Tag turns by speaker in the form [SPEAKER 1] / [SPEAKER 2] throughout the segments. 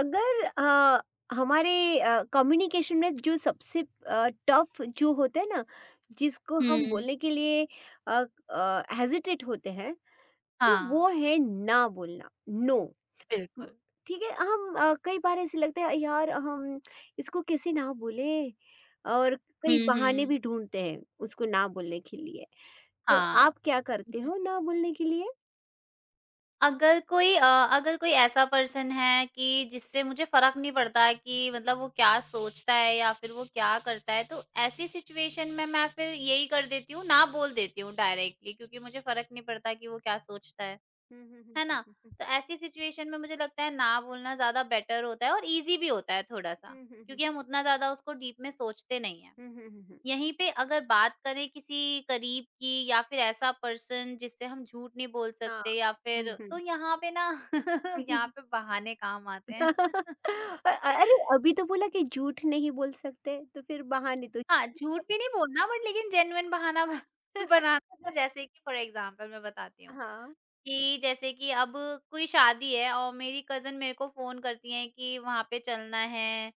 [SPEAKER 1] अगर हमारे कम्युनिकेशन में जो सबसे टफ जो होता है ना, जिसको हम
[SPEAKER 2] हुँ।
[SPEAKER 1] बोलने के लिए अ, हेजिटेट होते हैं, तो
[SPEAKER 2] हाँ।
[SPEAKER 1] वो है ना बोलना, नो। म
[SPEAKER 2] बिल्कुल।
[SPEAKER 1] ठीक है, हम कई बार ऐसे लगता है यार हम इसको कैसे ना बोलें और कई
[SPEAKER 2] हुँ,
[SPEAKER 1] बहाने
[SPEAKER 2] हुँ।
[SPEAKER 1] भी ढूँढते हैं उसको ना बोलने के लिए। तो
[SPEAKER 2] हाँ।
[SPEAKER 1] आप क्या करते हो ना बोलने के लिए?
[SPEAKER 2] अगर कोई अ, अगर कोई ऐसा पर्सन है कि जिससे मुझे फ़र्क नहीं पड़ता है कि मतलब वो क्या सोचता है या फिर वो क्या करता है, तो ऐसी सिचुएशन में मैं फिर यही कर देती हूँ, ना बोल देती हूँ डायरेक्टली क्योंकि मुझे फ़र्क नहीं पड़ता कि वो क्या सोचता
[SPEAKER 1] हुँ, हुँ, हुँ,
[SPEAKER 2] है ना?
[SPEAKER 1] हुँ,
[SPEAKER 2] तो ऐसी सिचुएशन में मुझे लगता है ना बोलना ज़्यादा बेटर होता है और ईज़ी भी होता है
[SPEAKER 1] हुँ,
[SPEAKER 2] थोड़ा-सा,
[SPEAKER 1] हुँ, हुँ, हुँ,
[SPEAKER 2] क्योंकि हम उतना ज़्यादा उसको डीप में सोचते नहीं हैं।
[SPEAKER 1] हुँ, हुँ, हुँ, हुँ, हुँ, हुँ,
[SPEAKER 2] यहीं पे अगर बात करें किसी करीब की या फिर ऐसा पर्सन जिससे हम झूठ नहीं बोल
[SPEAKER 1] हाँ।
[SPEAKER 2] सकते या
[SPEAKER 1] हुँ,
[SPEAKER 2] फिर,
[SPEAKER 1] हुँ।
[SPEAKER 2] तो यहाँ पे ना यहाँ पे बहाने काम आते हैं।
[SPEAKER 1] अरे! अभी तो बोला कि झूठ नहीं बोल सकते, तो फिर बहाने तो।
[SPEAKER 2] हाँ, झूठ भी नहीं बोलना, बट लेकिन जेन्युइन बहाना ब बनाना ना। जैसे कि फॉर एग्ज़ाम्पल मैं बताती हूँ,
[SPEAKER 1] हाँ।
[SPEAKER 2] कि जैसे कि अब कोई शादी है और मेरी कज़िन मेरे को फ़ोन करती हैं कि वहाँ पे चलना है,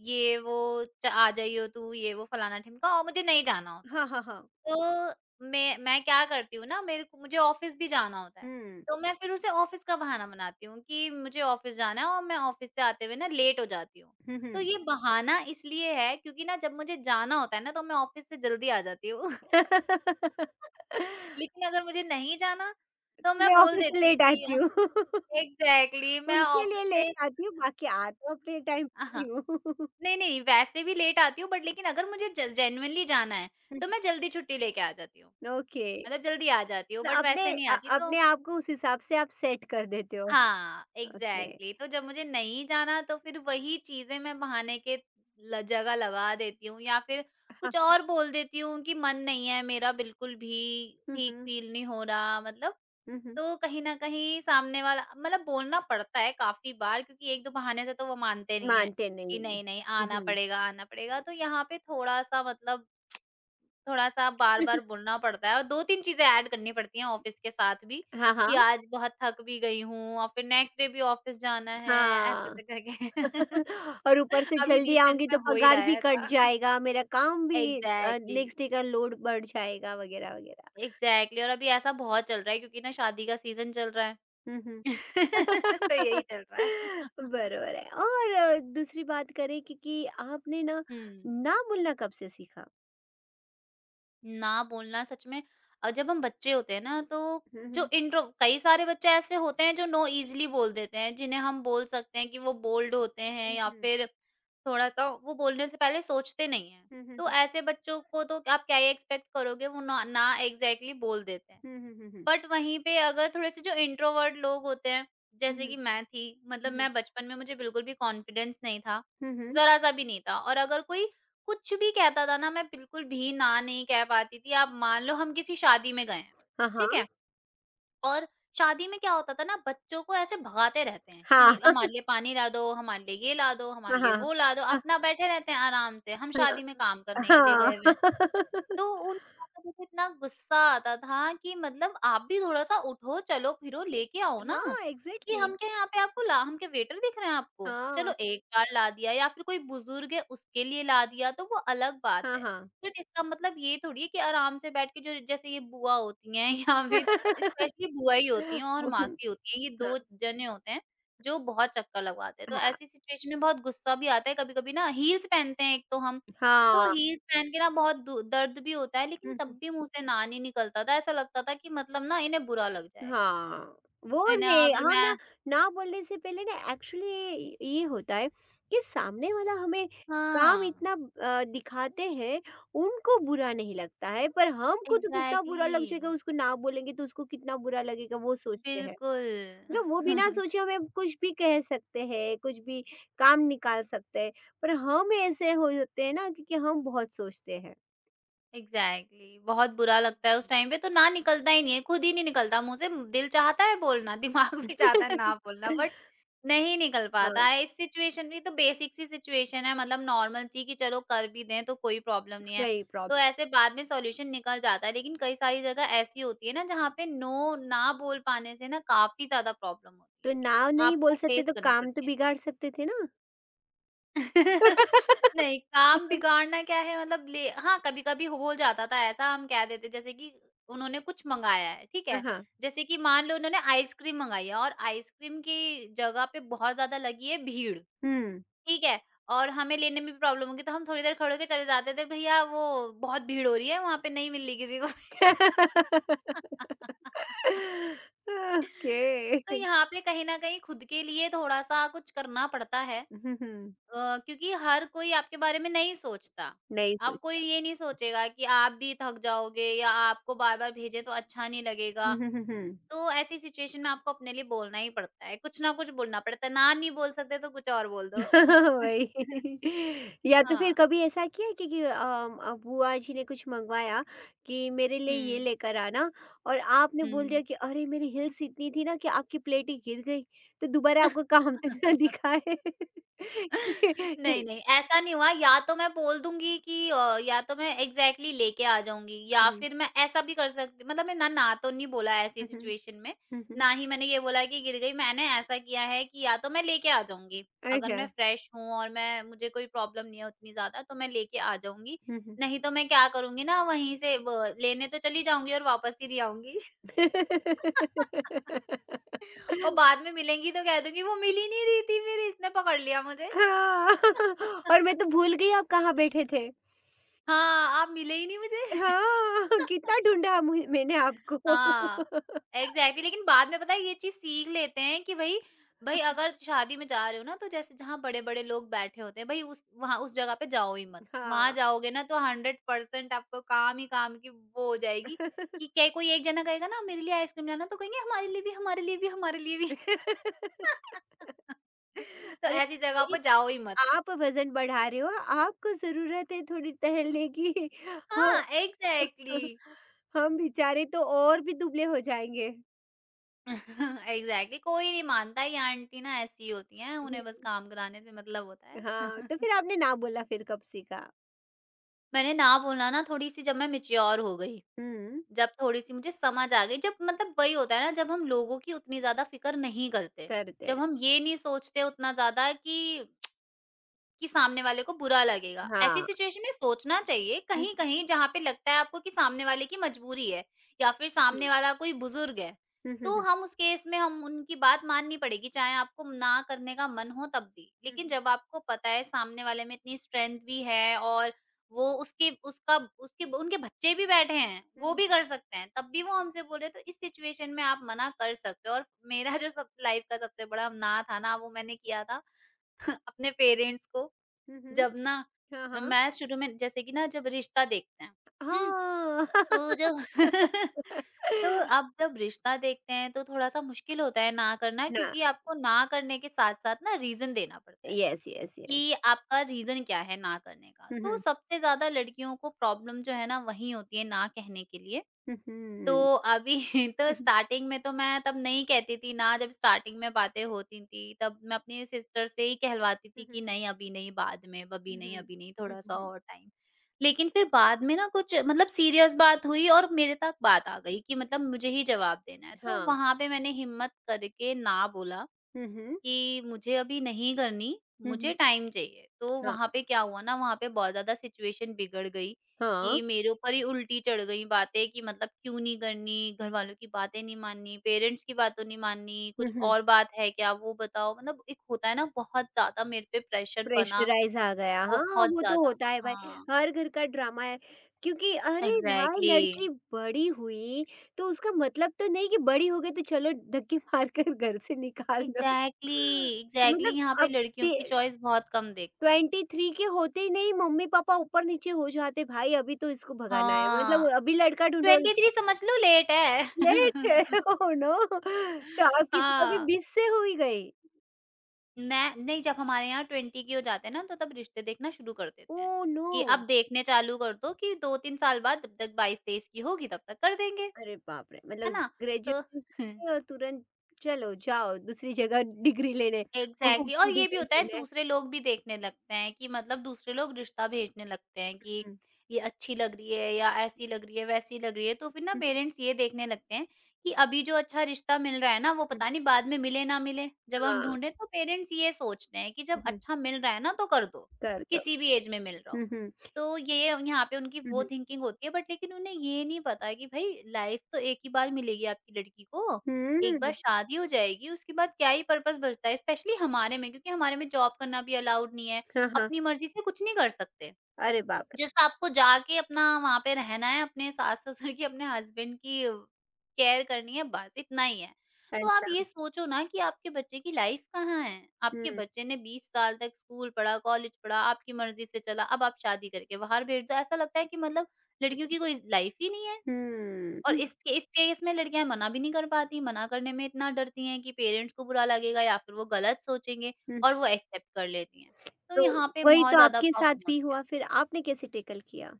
[SPEAKER 2] ये वो च आ जाइयो तू, ये वो फलाना-ढिमका, और मुझे नहीं जाना होता।
[SPEAKER 1] हाँ, हाँ, हाँ।
[SPEAKER 2] तो मैं क्या करती हूँ ना, मेरे को मुझे ऑफिस भी जाना होता है।
[SPEAKER 1] हुँ।
[SPEAKER 2] तो मैं फिर उसे ऑफिस का बहाना बनाती हूँ कि मुझे ऑफिस जाना है और मैं ऑफिस से आते हुए ना लेट हो जाती हूँ।
[SPEAKER 1] हुँ,
[SPEAKER 2] तो
[SPEAKER 1] हुँ।
[SPEAKER 2] ये बहाना इसलिए है क्योंकि ना, जब मुझे जाना होता है ना, तो मैं ऑफिस से जल्दी आ जाती हूँ। लेकिन अगर मुझे नहीं जाना तो मैं
[SPEAKER 1] मैं
[SPEAKER 2] बोल
[SPEAKER 1] ऑफ़िस से
[SPEAKER 2] देती हूँ
[SPEAKER 1] लेट
[SPEAKER 2] कि
[SPEAKER 1] आती हूँ।
[SPEAKER 2] एग्ज़ैक्टली मैं
[SPEAKER 1] उनके लिए
[SPEAKER 2] ऑफिस से।
[SPEAKER 1] लेट आती हूँ, बाकी आ तो अपने टाइम पे ही
[SPEAKER 2] हाँ,
[SPEAKER 1] हूँ।
[SPEAKER 2] नहीं, नहीं वैसे भी लेट आती हूँ, बट लेकिन अगर मुझे ज जेन्युइनली जाना है तो मैं जल्दी छुट्टी लेके आ जाती हूँ।
[SPEAKER 1] ओके।
[SPEAKER 2] मतलब जल्दी आ जाती हूँ,
[SPEAKER 1] तो
[SPEAKER 2] बट
[SPEAKER 1] अपने
[SPEAKER 2] वैसे नहीं आती तो।
[SPEAKER 1] अपने आप को उस हिसाब से आप सेट कर देते हो।
[SPEAKER 2] हाँ,
[SPEAKER 1] ओके।
[SPEAKER 2] एग्ज़ैक्टली। तो जब मुझे नहीं जाना तो फिर वही चीज़ें मैं बहाने के ल जगह लगा देती हूँ, या फिर कुछ
[SPEAKER 1] हाँ।
[SPEAKER 2] और बोल देती हूँ कि मन नहीं है मेरा बिल्कुल भी,
[SPEAKER 1] हुँ,
[SPEAKER 2] ठीक
[SPEAKER 1] हुँ।
[SPEAKER 2] फ़ील नहीं हो रहा, मतलब।
[SPEAKER 1] हुँ, हुँ।
[SPEAKER 2] तो कहीं न कहीं सामने वाला मतलब बोलना पड़ता है काफ़ी बार, क्योंकि 1-2 बहाने से तो वो मानते नहीं हैं,
[SPEAKER 1] मानते नहीं
[SPEAKER 2] कि
[SPEAKER 1] हैं।
[SPEAKER 2] नहीं-नहीं,
[SPEAKER 1] हुँ,
[SPEAKER 2] आना
[SPEAKER 1] हुँ।
[SPEAKER 2] पड़ेगा, आना पड़ेगा। तो यहाँ पे थोड़ा-सा मतलब, थोड़ा-सा बार-बार बोलना पड़ता है और 2-3 चीज़ें ऐड करनी पड़ती हैं ऑफ़िस के साथ भी,
[SPEAKER 1] हाँ,
[SPEAKER 2] कि
[SPEAKER 1] हाँ।
[SPEAKER 2] आज बहुत थक भी गई हूँ और फिर नेक्स्ट डे भी ऑफ़िस जाना है,
[SPEAKER 1] हाँ।
[SPEAKER 2] ऐसे-ऐसे करके।
[SPEAKER 1] और ऊपर से
[SPEAKER 2] अभी
[SPEAKER 1] जल्दी
[SPEAKER 2] रिसेंट
[SPEAKER 1] आऊँगी
[SPEAKER 2] में
[SPEAKER 1] तो
[SPEAKER 2] हो ही रहा
[SPEAKER 1] पगार भी
[SPEAKER 2] है ऐसा।
[SPEAKER 1] कट जाएगा, मेरा काम भी
[SPEAKER 2] एग्ज़ैक्टली,
[SPEAKER 1] नेक्स्ट डे का लोड बढ़ जाएगा वगैरह, वगैरह।
[SPEAKER 2] एग्ज़ैक्टली। और अभी ऐसा बहुत चल रहा है क्योंकि ना, शादी का सीज़न चल रहा है।
[SPEAKER 1] हुँ, हुँ।
[SPEAKER 2] तो यही चल रहा है।
[SPEAKER 1] बरोबर है और दूसरी बात करें कि आपने ना,
[SPEAKER 2] हुँ।
[SPEAKER 1] ना बोलना कब से सीखा?
[SPEAKER 2] ना बोलना सच में, जब हम बच्चे होते हैं ना, तो
[SPEAKER 1] हुँ,
[SPEAKER 2] जो
[SPEAKER 1] हुँ।
[SPEAKER 2] इंट्रो कई सारे बच्चे ऐसे होते हैं जो नो इजीली बोल देते हैं, जिन्हें हम बोल सकते हैं कि वो बोल्ड होते हैं,
[SPEAKER 1] हुँ,
[SPEAKER 2] या
[SPEAKER 1] हुँ।
[SPEAKER 2] फिर थोड़ा सा वो बोलने से पहले सोचते नहीं है,
[SPEAKER 1] हुँ, हुँ,
[SPEAKER 2] तो
[SPEAKER 1] हुँ।
[SPEAKER 2] ऐसे बच्चों को तो आप क्या ही एक्सपेक्ट करोगे, वो ना ना एग्जैक्टली बोल देते हैं।
[SPEAKER 1] हुँ, हुँ, हुँ, हुँ।
[SPEAKER 2] बट वहीं पे अगर थोड़े से जो इंट्रोवर्ट लोग होते हैं,
[SPEAKER 1] हुँ,
[SPEAKER 2] जैसे
[SPEAKER 1] हुँ,
[SPEAKER 2] कि मैं थी,
[SPEAKER 1] हुँ,
[SPEAKER 2] मतलब
[SPEAKER 1] हुँ।
[SPEAKER 2] मैं बचपन में, मुझे बिल्कुल भी कॉन्फिडेंस नहीं था,
[SPEAKER 1] हुँ, हुँ।
[SPEAKER 2] ज़रा-सा भी नहीं था। और अगर कोई कुछ भी कहता था ना, मैं बिल्कुल भी ना नहीं कह पाती थी। आप मान लो हम किसी शादी में गए हैं,
[SPEAKER 1] हाँ,
[SPEAKER 2] ठीक
[SPEAKER 1] हाँ।
[SPEAKER 2] है? और शादी में क्या होता था ना, बच्चों को ऐसे भगाते रहते हैं कि हमारे लिए पानी ला दो, हमारे लिए ये ला दो,
[SPEAKER 1] हाँ,
[SPEAKER 2] हमारे लिए
[SPEAKER 1] हाँ, हाँ।
[SPEAKER 2] वो ला दो।
[SPEAKER 1] अ,
[SPEAKER 2] अपना बैठे रहते हैं आराम से, हम शादी में काम करने के लिए
[SPEAKER 1] हाँ,
[SPEAKER 2] गए हुए हैं।
[SPEAKER 1] हाँ।
[SPEAKER 2] तो उन बातों पे इतना गुस्सा आता था कि मतलब आप भी थोड़ा-सा उठो, चलो-फिरो, लेके आओ ना,
[SPEAKER 1] हाँ,
[SPEAKER 2] कि
[SPEAKER 1] एग्ज़ैक्टली।
[SPEAKER 2] हम क्या यहाँ पे आपको ला, हम क्या वेटर दिख रहे हैं आपको?
[SPEAKER 1] हाँ।
[SPEAKER 2] चलो एक बार ला दिया, या फिर कोई बुजुर्ग है उसके लिए ला दिया, तो वो अलग बात
[SPEAKER 1] हाँ,
[SPEAKER 2] है।
[SPEAKER 1] हाँ।
[SPEAKER 2] बट इसका मतलब ये थोड़ी है कि आराम से बैठ के, जो जैसे ये बुआ होती हैं या फिर स्पेशली बुआ ही होती हैं और
[SPEAKER 1] वो
[SPEAKER 2] मासी
[SPEAKER 1] हाँ,
[SPEAKER 2] होती हैं, ये 2 जने होते हैं जो बहुत चक्कर लगवाते हैं। तो
[SPEAKER 1] हाँ।
[SPEAKER 2] ऐसी सिचुएशन में बहुत गुस्सा भी आता है, कभी-कभी ना, हील्स पहनते हैं एक तो हम, तो
[SPEAKER 1] हाँ।
[SPEAKER 2] हील्स पहन के ना बहुत दु दर्द भी होता है,
[SPEAKER 1] हुँ,
[SPEAKER 2] लेकिन
[SPEAKER 1] हुँ।
[SPEAKER 2] तब भी मुँह से ना नहीं निकलता था। ऐसा लगता था कि मतलब ना, इन्हें बुरा लग जाएगा।
[SPEAKER 1] हाँ, वो
[SPEAKER 2] इन्हें
[SPEAKER 1] है
[SPEAKER 2] अगर
[SPEAKER 1] हम
[SPEAKER 2] मैं।
[SPEAKER 1] ना, ना बोलने से पहले ना एक्चुअली ये होता है कि सामने वाला हमें काम
[SPEAKER 2] हाँ,
[SPEAKER 1] इतना दिखाते हैं, उनको बुरा नहीं लगता है, पर हमको तो कितना बुरा
[SPEAKER 2] एग्ज़ैक्टली,
[SPEAKER 1] लग जाएगा उसको ना बोलेंगे तो उसको कितना बुरा लगेगा वो सोचते हैं। मतलब
[SPEAKER 2] बिल्कुल।
[SPEAKER 1] वो बिना सोचे हमें कुछ भी कह सकते हैं, कुछ भी काम निकाल सकते हैं, पर हम ऐसे हो जाते हैं ना क्योंकि हम बहुत सोचते हैं।
[SPEAKER 2] एग्ज़ैक्टली, बहुत बुरा लगता है उस टाइम पे, तो ना निकलता ही नहीं है, खुद ही नहीं निकलता मुँह से। दिल चाहता है बोलना, दिमाग भी चाहता है ना बोलना, बट नहीं निकल
[SPEAKER 1] हाँ,
[SPEAKER 2] पाता है। इस सिचुएशन में तो बेसिक सी सिचुएशन है, मतलब नॉर्मल सी, कि चलो कर भी दें तो कोई प्रॉब्लम नहीं है।
[SPEAKER 1] वही
[SPEAKER 2] तो
[SPEAKER 1] प्रॉब्लम
[SPEAKER 2] ऐसे बाद में सॉल्यूशन निकल जाता है, लेकिन कई सारी जगह ऐसी होती है ना जहाँ पे नो, ना बोल पाने से ना, काफ़ी ज़्यादा प्रॉब्लम होती
[SPEAKER 1] तो
[SPEAKER 2] है।
[SPEAKER 1] नाव नहीं बोल
[SPEAKER 2] आपको
[SPEAKER 1] सकते
[SPEAKER 2] फेस
[SPEAKER 1] तो
[SPEAKER 2] करनी
[SPEAKER 1] काम तो
[SPEAKER 2] पड़ती है।
[SPEAKER 1] बिगाड़ सकते थे ना?
[SPEAKER 2] नहीं, काम बिगाड़ना क्या है, मतलब ले हाँ, कभी-कभी हो जाता था ऐसा, हम कह देते जैसे कि उन्होंने कुछ मँगाया है, ठीक
[SPEAKER 1] हाँ,
[SPEAKER 2] है?
[SPEAKER 1] हाँ।
[SPEAKER 2] जैसे कि मान लो उन्होंने आइसक्रीम मँगाई है और आइसक्रीम की जगह पे बहुत ज़्यादा लगी है भीड़,
[SPEAKER 1] हुँ।
[SPEAKER 2] ठीक है? और हमें लेने में भी प्रॉब्लम होगी, तो हम थोड़ी देर खड़े होके चले जाते थे, भैया वो बहुत भीड़ हो रही है, वहाँ पे नहीं मिल रही किसी को।
[SPEAKER 1] ओके।
[SPEAKER 2] तो यहाँ पे कहीं न कहीं खुद के लिए थोड़ा-सा कुछ करना पड़ता है।
[SPEAKER 1] हुँ, हुँ।
[SPEAKER 2] क्योंकि हर कोई आपके बारे में नहीं सोचता।
[SPEAKER 1] नहीं सोच
[SPEAKER 2] अब कोई ये नहीं सोचेगा कि आप भी थक जाओगे, या आपको बार-बार भेजें तो अच्छा नहीं लगेगा।
[SPEAKER 1] हुँ, हुँ, हुँ, हुँ।
[SPEAKER 2] तो ऐसी सिचुएशन में आपको अपने लिए बोलना ही पड़ता है, कुछ ना कुछ बोलना पड़ता है। ना नहीं बोल सकते तो कुछ और बोल दो।
[SPEAKER 1] वही या तो फिर
[SPEAKER 2] हाँ।
[SPEAKER 1] कभी ऐसा किया है कि बुआ जी ने कुछ मँगवाया कि मेरे लिए ये
[SPEAKER 2] हुँ,
[SPEAKER 1] लेकर आना और आपने बोल दिया
[SPEAKER 2] हुँ।
[SPEAKER 1] कि अरे! मेरी हील्स इतनी थी ना कि आपकी प्लेट ही गिर गई, तो दोबारा आपको काम तो ना दिखाए। हुँ,
[SPEAKER 2] नहीं, नहीं, ऐसा नहीं हुआ। या तो मैं बोल दूँगी कि या तो मैं एग्ज़ैक्टली लेके आ जाऊँगी, या
[SPEAKER 1] हुँ।
[SPEAKER 2] फिर मैं ऐसा भी कर सकती, मतलब मैं ना, ना तो नहीं बोला ऐसी
[SPEAKER 1] हुँ, हुँ।
[SPEAKER 2] सिचुएशन में,
[SPEAKER 1] हुँ, हुँ।
[SPEAKER 2] ना ही मैंने ये बोला कि गिर गई। मैंने ऐसा किया है कि या तो मैं लेके आ जाऊँगी, अगर
[SPEAKER 1] अच्छा,
[SPEAKER 2] मैं फ्रेश हूँ और मैं मुझे कोई प्रॉब्लम नहीं है उतनी ज़्यादा, तो मैं लेके आ जाऊँगी,
[SPEAKER 1] हुँ, हुँ।
[SPEAKER 2] नहीं तो मैं क्या करूँगी ना, वहीं से ब लेने तो चली जाऊँगी और वापस ही दे आऊँगी।
[SPEAKER 1] हाँ,
[SPEAKER 2] और बाद में मिलेंगी तो कह दूँगी वो मिल ही नहीं रही थी, फिर इसने पकड़ लिया मुझे।
[SPEAKER 1] और मैं तो भूल गई आप कहाँ बैठे थे।
[SPEAKER 2] हाँ, आप मिले ही नहीं मुझे।
[SPEAKER 1] हाँ, कितना ढूँढा मुझ मैंने आपको।
[SPEAKER 2] हाँ, एग्ज़ैक्टली। लेकिन बाद में पता है ये चीज़ सीख लेते हैं कि भई, भई अगर शादी में जा रहे हो ना, तो जैसे जहाँ बड़े-बड़े लोग बैठे होते हैं, भई उस वहाँ उस जगह पे जाओ ही मत। वहाँ
[SPEAKER 1] हाँ।
[SPEAKER 2] जाओगे ना तो 100% आपको काम ही काम की वो हो जाएगी, कि क्या, कोई एक जना कहेगा ना, मेरे लिए आइसक्रीम लाना, तो कहेंगे हमारे लिए भी, हमारे लिए भी, हमारे लिए भी। तो
[SPEAKER 1] अरे
[SPEAKER 2] ऐसी जगह
[SPEAKER 1] भाई,
[SPEAKER 2] पर जाओ ही मत।
[SPEAKER 1] आप वज़न बढ़ा रहे हो, आपको ज़रूरत है थोड़ी टहलने की। हाँ,
[SPEAKER 2] हाँ, एग्ज़ैक्टली।
[SPEAKER 1] हम बेचारे तो और भी दुबले हो जाएँगे।
[SPEAKER 2] एग्जैक्टली, कोई नहीं मानता, ये आंटी ना ऐसी ही होती हैं,
[SPEAKER 1] हुँ,
[SPEAKER 2] उन्हें बस
[SPEAKER 1] हुँ।
[SPEAKER 2] काम कराने से मतलब होता है।
[SPEAKER 1] हाँ, तो फिर आपने ना बोला फिर कब सीखा?
[SPEAKER 2] मैंने ना बोलना ना, थोड़ी सी जब मैं मेच्योर हो गई,
[SPEAKER 1] हुँ।
[SPEAKER 2] जब थोड़ी सी मुझे समझ आ गई, जब मतलब वही होता है ना, जब हम लोगों की उतनी ज्यादा फिक्र नहीं करते,
[SPEAKER 1] कर दे।
[SPEAKER 2] जब हम ये नहीं सोचते उतना ज्यादा कि सामने वाले को बुरा लगेगा। ऐसी
[SPEAKER 1] हाँ।
[SPEAKER 2] सिचुएशन में सोचना चाहिए
[SPEAKER 1] हुँ,
[SPEAKER 2] कहीं-कहीं जहाँ पे लगता है आपको कि सामने वाले की मजबूरी है, या फिर
[SPEAKER 1] हुँ,
[SPEAKER 2] सामने वाला कोई बुज़ुर्ग है,
[SPEAKER 1] हुँ, हुँ, हुँ,
[SPEAKER 2] तो
[SPEAKER 1] हुँ,
[SPEAKER 2] हम उस केस में हम उनकी बात माननी पड़ेगी, चाहे आपको ना करने का मन हो तब भी। लेकिन
[SPEAKER 1] हुँ,
[SPEAKER 2] जब आपको पता है सामने वाले में इतनी स्ट्रेंथ भी है, और वो उसके उसका उसके उनके बच्चे भी बैठे हैं, वो
[SPEAKER 1] हुँ,
[SPEAKER 2] भी कर सकते हैं, तब भी वो हमसे बोल रहे हैं, तो इस सिचुएशन में आप मना कर सकते हो। और मेरा जो सब लाइफ का सबसे बड़ा ना था ना, वो मैंने किया था अपने पेरेंट्स को।
[SPEAKER 1] हुँ, हुँ,
[SPEAKER 2] जब ना
[SPEAKER 1] हाँ, हाँ।
[SPEAKER 2] मैं शुरू में, जैसे कि ना जब रिश्ता देखते हैं, हुँ?
[SPEAKER 1] हाँ।
[SPEAKER 2] तो जब तो अब जब रिश्ता देखते हैं तो थोड़ा-सा मुश्किल होता है ना करना
[SPEAKER 1] ना,
[SPEAKER 2] क्योंकि आपको ना करने के साथ-साथ ना रीज़न देना पड़ता है,
[SPEAKER 1] येस, येस, येस।
[SPEAKER 2] कि आपका रीज़न क्या है ना करने का।
[SPEAKER 1] हुँ,
[SPEAKER 2] तो
[SPEAKER 1] हुँ,
[SPEAKER 2] सबसे ज़्यादा लड़कियों को प्रॉब्लम जो है ना वहीं होती है ना कहने के लिए।
[SPEAKER 1] हुँ,
[SPEAKER 2] तो
[SPEAKER 1] हुँ।
[SPEAKER 2] अभी तो स्टार्टिंग में तो मैं तब नहीं कहती थी ना, जब स्टार्टिंग में बातें होती थी, तब मैं अपनी सिस्टर से ही कहलवाती
[SPEAKER 1] हुँ,
[SPEAKER 2] थी
[SPEAKER 1] हुँ, हुँ,
[SPEAKER 2] कि
[SPEAKER 1] हुँ,
[SPEAKER 2] नहीं अभी नहीं, बाद में,
[SPEAKER 1] हुँ, हुँ, हुँ,
[SPEAKER 2] अभी नहीं,
[SPEAKER 1] हुँ, हुँ,
[SPEAKER 2] थोड़ा-सा
[SPEAKER 1] हुँ।
[SPEAKER 2] और टाइम। लेकिन फिर बाद में ना कुछ मतलब सीरियस बात हुई और मेरे तक बात आ गई कि मतलब मुझे ही जवाब देना है, तो
[SPEAKER 1] हाँ।
[SPEAKER 2] वहाँ पे मैंने हिम्मत करके ना बोला
[SPEAKER 1] हुँ, हुँ,
[SPEAKER 2] कि मुझे अभी नहीं करनी,
[SPEAKER 1] हुँ, हुँ।
[SPEAKER 2] मुझे टाइम चाहिए। तो
[SPEAKER 1] हाँ,
[SPEAKER 2] वहाँ पे क्या हुआ ना, वहाँ पे बहुत ज़्यादा सिचुएशन बिगड़ गई
[SPEAKER 1] हाँ।
[SPEAKER 2] कि मेरे ऊपर ही उल्टी चढ़ गई बातें कि मतलब क्यों नहीं करनी, घरवालों की बातें नहीं माननी, पेरेंट्स की बातों नहीं माननी,
[SPEAKER 1] हुँ,
[SPEAKER 2] कुछ
[SPEAKER 1] हुँ।
[SPEAKER 2] और बात है क्या वो बताओ। मतलब एक होता है ना बहुत ज़्यादा मेरे पे प्रेशर बना,
[SPEAKER 1] प्रेशराइज़ आ गया। हाँ,
[SPEAKER 2] बहुत
[SPEAKER 1] वो तो
[SPEAKER 2] ज़्यादा।
[SPEAKER 1] होता है भाई,
[SPEAKER 2] हाँ,
[SPEAKER 1] हर घर का ड्रामा है। क्योंकि अरे भाई
[SPEAKER 2] एग्ज़ैक्टली।
[SPEAKER 1] लड़की बड़ी हुई, तो उसका मतलब तो नहीं कि बड़ी हो गई तो चलो धक्के मारकर घर से निकाल दो।
[SPEAKER 2] एग्ज़ैक्टली, एग्ज़ैक्टली
[SPEAKER 1] मतलब
[SPEAKER 2] यहाँ पे
[SPEAKER 1] अब
[SPEAKER 2] लड़कियों
[SPEAKER 1] ते
[SPEAKER 2] की चॉइस बहुत कम देखते हैं।
[SPEAKER 1] 23 के होते ही नहीं मम्मी-पापा ऊपर-नीचे हो जाते, भाई अभी तो इसको भगाना है, मतलब
[SPEAKER 2] हाँ,
[SPEAKER 1] अभी लड़का ढूँढो और इसको
[SPEAKER 2] 23 समझ लो लेट है।
[SPEAKER 1] लेट है। Oh no! तो आपकी तो कभी
[SPEAKER 2] हाँ,
[SPEAKER 1] 20 से हुई गई।
[SPEAKER 2] मैं नहीं जब हमारे यहाँ 20 की हो जाते हैं ना तो तब रिश्ते देखना शुरू कर देते हैं,
[SPEAKER 1] ओह नो!
[SPEAKER 2] कि अब देखने चालू कर दो कि 2-3 साल बाद जब तक 22-23 की होगी तब तक कर देंगे,
[SPEAKER 1] अरे बाप रे!
[SPEAKER 2] है
[SPEAKER 1] मतलब
[SPEAKER 2] ना? तो
[SPEAKER 1] ग्रेजुएशन किया और तुरंत चलो जाओ दूसरी जगह डिग्री लेने, बहू
[SPEAKER 2] एग्ज़ैक्टली और
[SPEAKER 1] की
[SPEAKER 2] ये भी
[SPEAKER 1] डिग्री
[SPEAKER 2] होता है
[SPEAKER 1] लेने।
[SPEAKER 2] दूसरे लोग भी देखने लगते हैं कि मतलब दूसरे लोग रिश्ता भेजने लगते हैं कि
[SPEAKER 1] हुँ,
[SPEAKER 2] ये अच्छी लग रही है या ऐसी लग रही है, वैसी लग रही है। तो फिर ना
[SPEAKER 1] हुँ, हुँ,
[SPEAKER 2] पेरेंट्स ये देखने लगते हैं कि अभी जो अच्छा रिश्ता मिल रहा है ना वो
[SPEAKER 1] हुँ,
[SPEAKER 2] पता नहीं बाद में मिले ना मिले। जब हम
[SPEAKER 1] हाँ,
[SPEAKER 2] ढूँढे तो पेरेंट्स ये सोचते हैं कि
[SPEAKER 1] हुँ,
[SPEAKER 2] जब
[SPEAKER 1] हुँ।
[SPEAKER 2] अच्छा मिल रहा है ना तो कर दो,
[SPEAKER 1] कर दो।
[SPEAKER 2] किसी भी एज में मिल रहा हो।
[SPEAKER 1] हुँ, हुँ,
[SPEAKER 2] तो ये यहाँ पे उनकी
[SPEAKER 1] हुँ,
[SPEAKER 2] वो
[SPEAKER 1] हुँ।
[SPEAKER 2] थिंकिंग होती है बट लेकिन उन्हें ये नहीं पता है कि भाई लाइफ तो एक ही बार मिलेगी आपकी लड़की को। एक बार
[SPEAKER 1] हुँ,
[SPEAKER 2] शादी हो जाएगी उसके बाद क्या ही पर्पस बचता है? स्पेशली हमारे में क्योंकि हमारे में जॉब करना भी अलाउड नहीं है।
[SPEAKER 1] हाँ, हाँ।
[SPEAKER 2] अपनी मर्ज़ी से कुछ नहीं कर सकते।
[SPEAKER 1] अरे बाप
[SPEAKER 2] जैसे आपको जाके अपना वहाँ पे रहना है, अपने सास-ससुर की, अपने हस्बैंड की केयर करनी है, बस इतना ही है।
[SPEAKER 1] रे!
[SPEAKER 2] तो आप ये
[SPEAKER 1] अच्छा।
[SPEAKER 2] सोचो ना कि आपके बच्चे की लाइफ़ कहाँ है? आपके
[SPEAKER 1] हुँ,
[SPEAKER 2] बच्चे ने 20 साल तक स्कूल पढ़ा, कॉलेज पढ़ा, आपकी मर्ज़ी से चला, अब आप शादी करके बाहर भेज दो। ऐसा लगता है कि मतलब लड़कियों की कोई लाइफ़ ही नहीं है
[SPEAKER 1] हुँ,
[SPEAKER 2] और
[SPEAKER 1] हुँ,
[SPEAKER 2] इस केस में लड़कियाँ मना भी नहीं कर पाती, मना करने में इतना डरती हैं कि पेरेंट्स को बुरा लगेगा या फिर वो गलत सोचेंगे
[SPEAKER 1] हुँ।
[SPEAKER 2] और वो एक्सेप्ट कर लेती हैं। तो
[SPEAKER 1] तो
[SPEAKER 2] यहाँ पे
[SPEAKER 1] वही
[SPEAKER 2] बहुत
[SPEAKER 1] तो
[SPEAKER 2] ज़्यादा
[SPEAKER 1] आपके साथ
[SPEAKER 2] प्रॉब्लम
[SPEAKER 1] भी
[SPEAKER 2] होती है।
[SPEAKER 1] हुआ फिर आपने कैसे टैकल किया?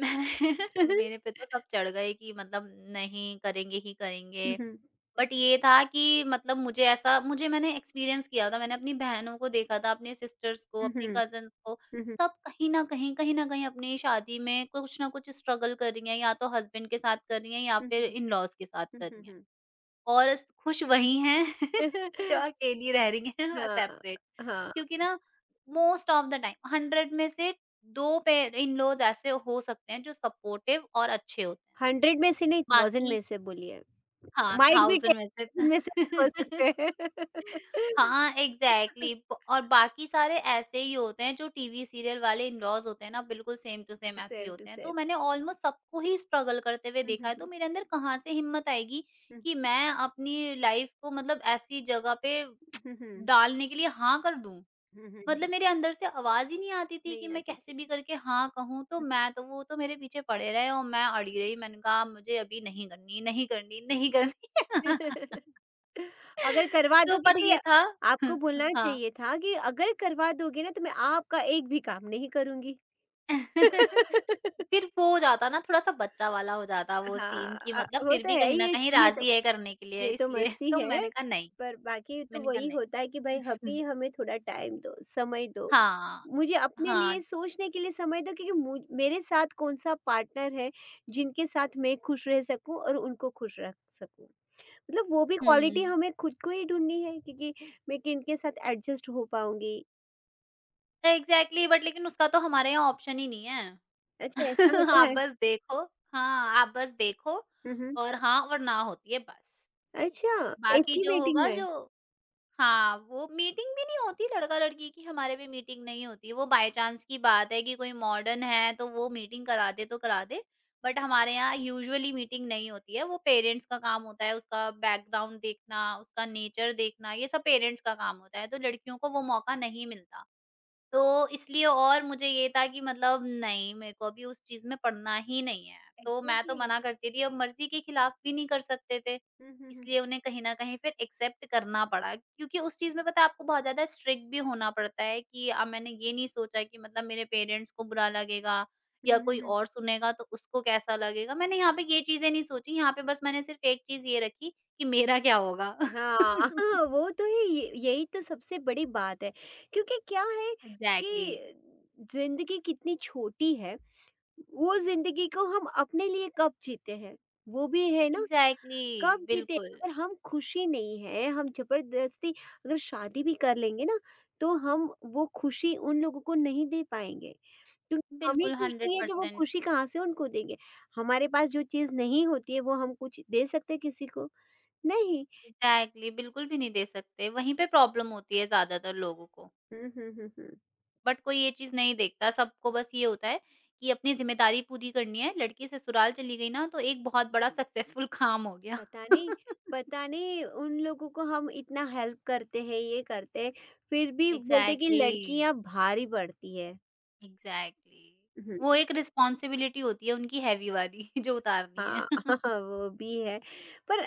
[SPEAKER 2] मैंने मेरे पे तो सब चढ़ गए कि मतलब नहीं करेंगे ही करेंगे।
[SPEAKER 1] हुँ, हुँ,
[SPEAKER 2] बट ये था कि मतलब मुझे ऐसा मुझे मैंने एक्सपीरियंस किया था, मैंने अपनी बहनों को देखा था, अपने सिस्टर्स को,
[SPEAKER 1] हुँ,
[SPEAKER 2] अपने
[SPEAKER 1] हुँ,
[SPEAKER 2] कज़िन्स को,
[SPEAKER 1] हुँ, हुँ,
[SPEAKER 2] सब कहीं न कहीं अपनी शादी में कुछ ना कुछ स्ट्रगल कर रही हैं, या तो हस्बैंड के साथ कर रही हैं या
[SPEAKER 1] हुँ,
[SPEAKER 2] फिर
[SPEAKER 1] हुँ,
[SPEAKER 2] इन-लॉज़ के साथ
[SPEAKER 1] हुँ,
[SPEAKER 2] कर
[SPEAKER 1] हुँ,
[SPEAKER 2] रही हैं।
[SPEAKER 1] हुँ।
[SPEAKER 2] और स खुश वही हैं जो अकेली रह रही हैं
[SPEAKER 1] हाँ,
[SPEAKER 2] सेपरेट।
[SPEAKER 1] हाँ।
[SPEAKER 2] क्योंकि ना मोस्ट ऑफ द टाइम 100 में से 2 पे इन-लॉज़ ऐसे हो सकते हैं जो सपोर्टिव और अच्छे होते हैं।
[SPEAKER 1] 100 में से नहीं, 1000
[SPEAKER 2] बाकी
[SPEAKER 1] में से बोलिए?
[SPEAKER 2] हाँ,
[SPEAKER 1] माइट बी
[SPEAKER 2] 1000 में
[SPEAKER 1] 10 इनमें
[SPEAKER 2] से
[SPEAKER 1] से भी हो सकते हैं।
[SPEAKER 2] हाँ, एग्ज़ैक्टली ब और बाकी सारे ऐसे ही होते हैं जो टीवी सीरियल वाले इन-लॉज़ होते हैं ना बिल्कुल सेम टू सेम ऐसे ही
[SPEAKER 1] सेम टू
[SPEAKER 2] होते हैं। तो
[SPEAKER 1] सेम।
[SPEAKER 2] मैंने ऑलमोस्ट सबको ही स्ट्रगल करते हुए
[SPEAKER 1] हुँ,
[SPEAKER 2] देखा
[SPEAKER 1] हुँ,
[SPEAKER 2] है तो
[SPEAKER 1] हुँ।
[SPEAKER 2] मेरे अंदर कहाँ से हिम्मत आएगी
[SPEAKER 1] हुँ,
[SPEAKER 2] कि मैं अपनी लाइफ़ को मतलब ऐसी जगह पे
[SPEAKER 1] हुँ, हुँ।
[SPEAKER 2] डालने के लिए हाँ कर दूँ।
[SPEAKER 1] हुँ, हुँ,
[SPEAKER 2] मतलब
[SPEAKER 1] हुँ।
[SPEAKER 2] मेरे अंदर से आवाज़ ही नहीं आती थी कि
[SPEAKER 1] नहीं
[SPEAKER 2] मैं
[SPEAKER 1] आती
[SPEAKER 2] कैसे
[SPEAKER 1] थी।
[SPEAKER 2] भी करके हाँ कहूँ, तो मैं तो वो तो मेरे पीछे पड़े रहे और मैं अड़ी रही। मैंने कहा मुझे अभी नहीं करनी, नहीं करनी, नहीं करनी।
[SPEAKER 1] हुँ, हुँ। अगर करवा
[SPEAKER 2] तो
[SPEAKER 1] दोगे
[SPEAKER 2] पर
[SPEAKER 1] कि
[SPEAKER 2] ये था
[SPEAKER 1] आपको बोलना
[SPEAKER 2] हाँ।
[SPEAKER 1] चाहिए था कि अगर करवा दोगे ना तो मैं आपका एक भी काम नहीं करूँगी।
[SPEAKER 2] फिर वो हो जाता ना थोड़ा-सा बच्चा वाला हो जाता वो
[SPEAKER 1] हाँ,
[SPEAKER 2] सीन कि मतलब
[SPEAKER 1] वो
[SPEAKER 2] फिर
[SPEAKER 1] तो
[SPEAKER 2] भी
[SPEAKER 1] है
[SPEAKER 2] कहीं
[SPEAKER 1] ही
[SPEAKER 2] न
[SPEAKER 1] है,
[SPEAKER 2] कहीं
[SPEAKER 1] ये तो
[SPEAKER 2] राज़ी है करने के लिए
[SPEAKER 1] ये तो
[SPEAKER 2] इसलिए
[SPEAKER 1] मस्ती
[SPEAKER 2] तो
[SPEAKER 1] है,
[SPEAKER 2] मैंने कहा नहीं,
[SPEAKER 1] पर बाकी तो
[SPEAKER 2] मैंने कहा
[SPEAKER 1] वही
[SPEAKER 2] नहीं।
[SPEAKER 1] होता है कि भाई अभी
[SPEAKER 2] हम्म।
[SPEAKER 1] हमें थोड़ा टाइम दो, समय दो।
[SPEAKER 2] हाँ।
[SPEAKER 1] मुझे अपने लिए
[SPEAKER 2] हाँ,
[SPEAKER 1] सोचने के लिए समय दो क्योंकि मुझ मेरे साथ कौन-सा पार्टनर है, जिनके साथ मैं खुश रह सकूँ और उनको खुश रख सकूँ। मतलब वो भी
[SPEAKER 2] हुँ।
[SPEAKER 1] क्वालिटी हमें खुद को ही ढूँढनी है क्योंकि मैं किनके साथ एडजस्ट हो पाऊँगी।
[SPEAKER 2] एग्ज़ैक्टली बट लेकिन उसका तो हमारे यहाँ ऑप्शन ही नहीं है।
[SPEAKER 1] अच्छा ऐसा होता
[SPEAKER 2] आप
[SPEAKER 1] है?
[SPEAKER 2] बस देखो हाँ, आप बस देखो
[SPEAKER 1] हुँ, हुँ।
[SPEAKER 2] और हाँ और ना होती है बस।
[SPEAKER 1] अच्छा,
[SPEAKER 2] बाकी जो
[SPEAKER 1] एस्टिमेटिंग
[SPEAKER 2] होगा
[SPEAKER 1] में।
[SPEAKER 2] जो हाँ, वो मीटिंग भी नहीं होती लड़का-लड़की की हमारे में मीटिंग नहीं होती। वो बाय चांस की बात है कि कोई मॉडर्न है तो वो मीटिंग करा दे तो करा दे। बट हमारे यहाँ यूजुअली मीटिंग नहीं होती है। वो पेरेंट्स का काम होता है, उसका बैकग्राउंड देखना, उसका नेचर देखना, ये सब पेरेंट्स का काम होता है। तो लड़कियों को वो मौका नहीं मिलता। तो इसलिए और मुझे ये था कि मतलब नहीं मेरे को अभी उस चीज़ में पढ़ना ही नहीं है। तो मैं तो
[SPEAKER 1] एग्ज़ैक्टली।
[SPEAKER 2] मना करती थी, अब मर्ज़ी के खिलाफ भी नहीं कर सकते थे।
[SPEAKER 1] हुँ, हुँ, हुँ।
[SPEAKER 2] इसलिए उन्हें कहीं न कहीं फिर एक्सेप्ट करना पड़ा क्योंकि उस चीज़ में पता है आपको बहुत ज़्यादा स्ट्रिक्ट भी होना पड़ता है कि मैंने ये नहीं सोचा कि मतलब मेरे पेरेंट्स को बुरा लगेगा
[SPEAKER 1] हुँ,
[SPEAKER 2] या
[SPEAKER 1] हुँ,
[SPEAKER 2] कोई
[SPEAKER 1] हुँ।
[SPEAKER 2] और सुनेगा तो उसको कैसा लगेगा। मैंने यहाँ पे ये चीज़ें नहीं सोची, यहाँ पे बस मैंने सिर्फ़ एक चीज़ ये रखी कि मेरा क्या होगा?
[SPEAKER 1] हाँ, हाँ, वो तो है, ये यही तो सबसे बड़ी बात है क्योंकि क्या है
[SPEAKER 2] एग्ज़ैक्टली।
[SPEAKER 1] कि ज़िंदगी कितनी छोटी है, वो ज़िंदगी को हम अपने लिए कब जीते हैं, वो भी है ना,
[SPEAKER 2] एग्ज़ैक्टली,
[SPEAKER 1] कब जीते हैं।
[SPEAKER 2] बिल्कुल।
[SPEAKER 1] अगर हम खुशी नहीं है, हम ज़बरदस्ती अगर शादी भी कर लेंगे ना, तो हम वो खुशी उन लोगों को नहीं दे पाएँगे क्योंकि हमें
[SPEAKER 2] बिल्कुल,
[SPEAKER 1] खुश नहीं है तो वो
[SPEAKER 2] 100%
[SPEAKER 1] खुशी कहाँ से उनको देंगे। हमारे पास जो चीज़ नहीं होती है वो हम कुछ दे सकते हैं किसी को? नहीं।
[SPEAKER 2] एग्ज़ैक्टली बिल्कुल भी नहीं दे सकते, वहीं पे प्रॉब्लम होती है ज़्यादातर लोगों को।
[SPEAKER 1] हुँ, हुँ, हुँ, हुँ।
[SPEAKER 2] बट कोई ये चीज़ नहीं देखता, सबको बस ये होता है कि अपनी ज़िम्मेदारी पूरी करनी है, लड़की ससुराल चली गई ना तो एक बहुत बड़ा सक्सेसफुल काम हो गया।
[SPEAKER 1] पता नहीं पता नहीं उन लोगों को हम इतना हेल्प करते हैं, ये करते हैं, फिर भी बोलते हैं कि
[SPEAKER 2] एग्ज़ैक्टली,
[SPEAKER 1] लड़कियां भारी पड़ती है।
[SPEAKER 2] एग्ज़ैक्टली,
[SPEAKER 1] हम्म,
[SPEAKER 2] वो एक रिस्पॉन्सिबिलिटी होती है उनकी हेवी वाली जो उतारनी है।
[SPEAKER 1] हाँ। वो भी है, पर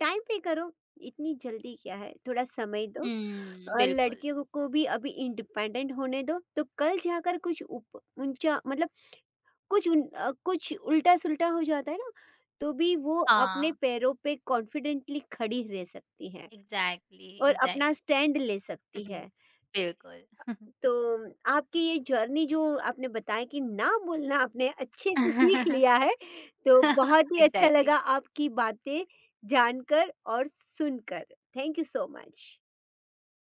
[SPEAKER 1] टाइम पे करो, इतनी जल्दी क्या है, थोड़ा समय दो
[SPEAKER 2] हुँ,
[SPEAKER 1] और
[SPEAKER 2] बिल्कुल।
[SPEAKER 1] लड़कियों को भी अभी इंडिपेंडेंट होने दो, तो कल जाकर कुछ ऊंचा, मतलब कुछ कुछ उल्टा सुल्टा हो जाता है ना तो भी वो अपने
[SPEAKER 2] हाँ,
[SPEAKER 1] पैरों पे कॉन्फिडेंटली खड़ी रह सकती है
[SPEAKER 2] एग्ज़ैक्टली,
[SPEAKER 1] और अपना
[SPEAKER 2] एग्ज़ैक्टली।
[SPEAKER 1] स्टैंड ले सकती है।
[SPEAKER 2] बिल्कुल।
[SPEAKER 1] तो आपकी ये जर्नी जो आपने बताया कि ना बोलना आपने अच्छे से सीख लिया है, तो बहुत ही अच्छा
[SPEAKER 2] एग्ज़ैक्टली।
[SPEAKER 1] लगा आपकी बातें जानकर और सुनकर। Thank you so much.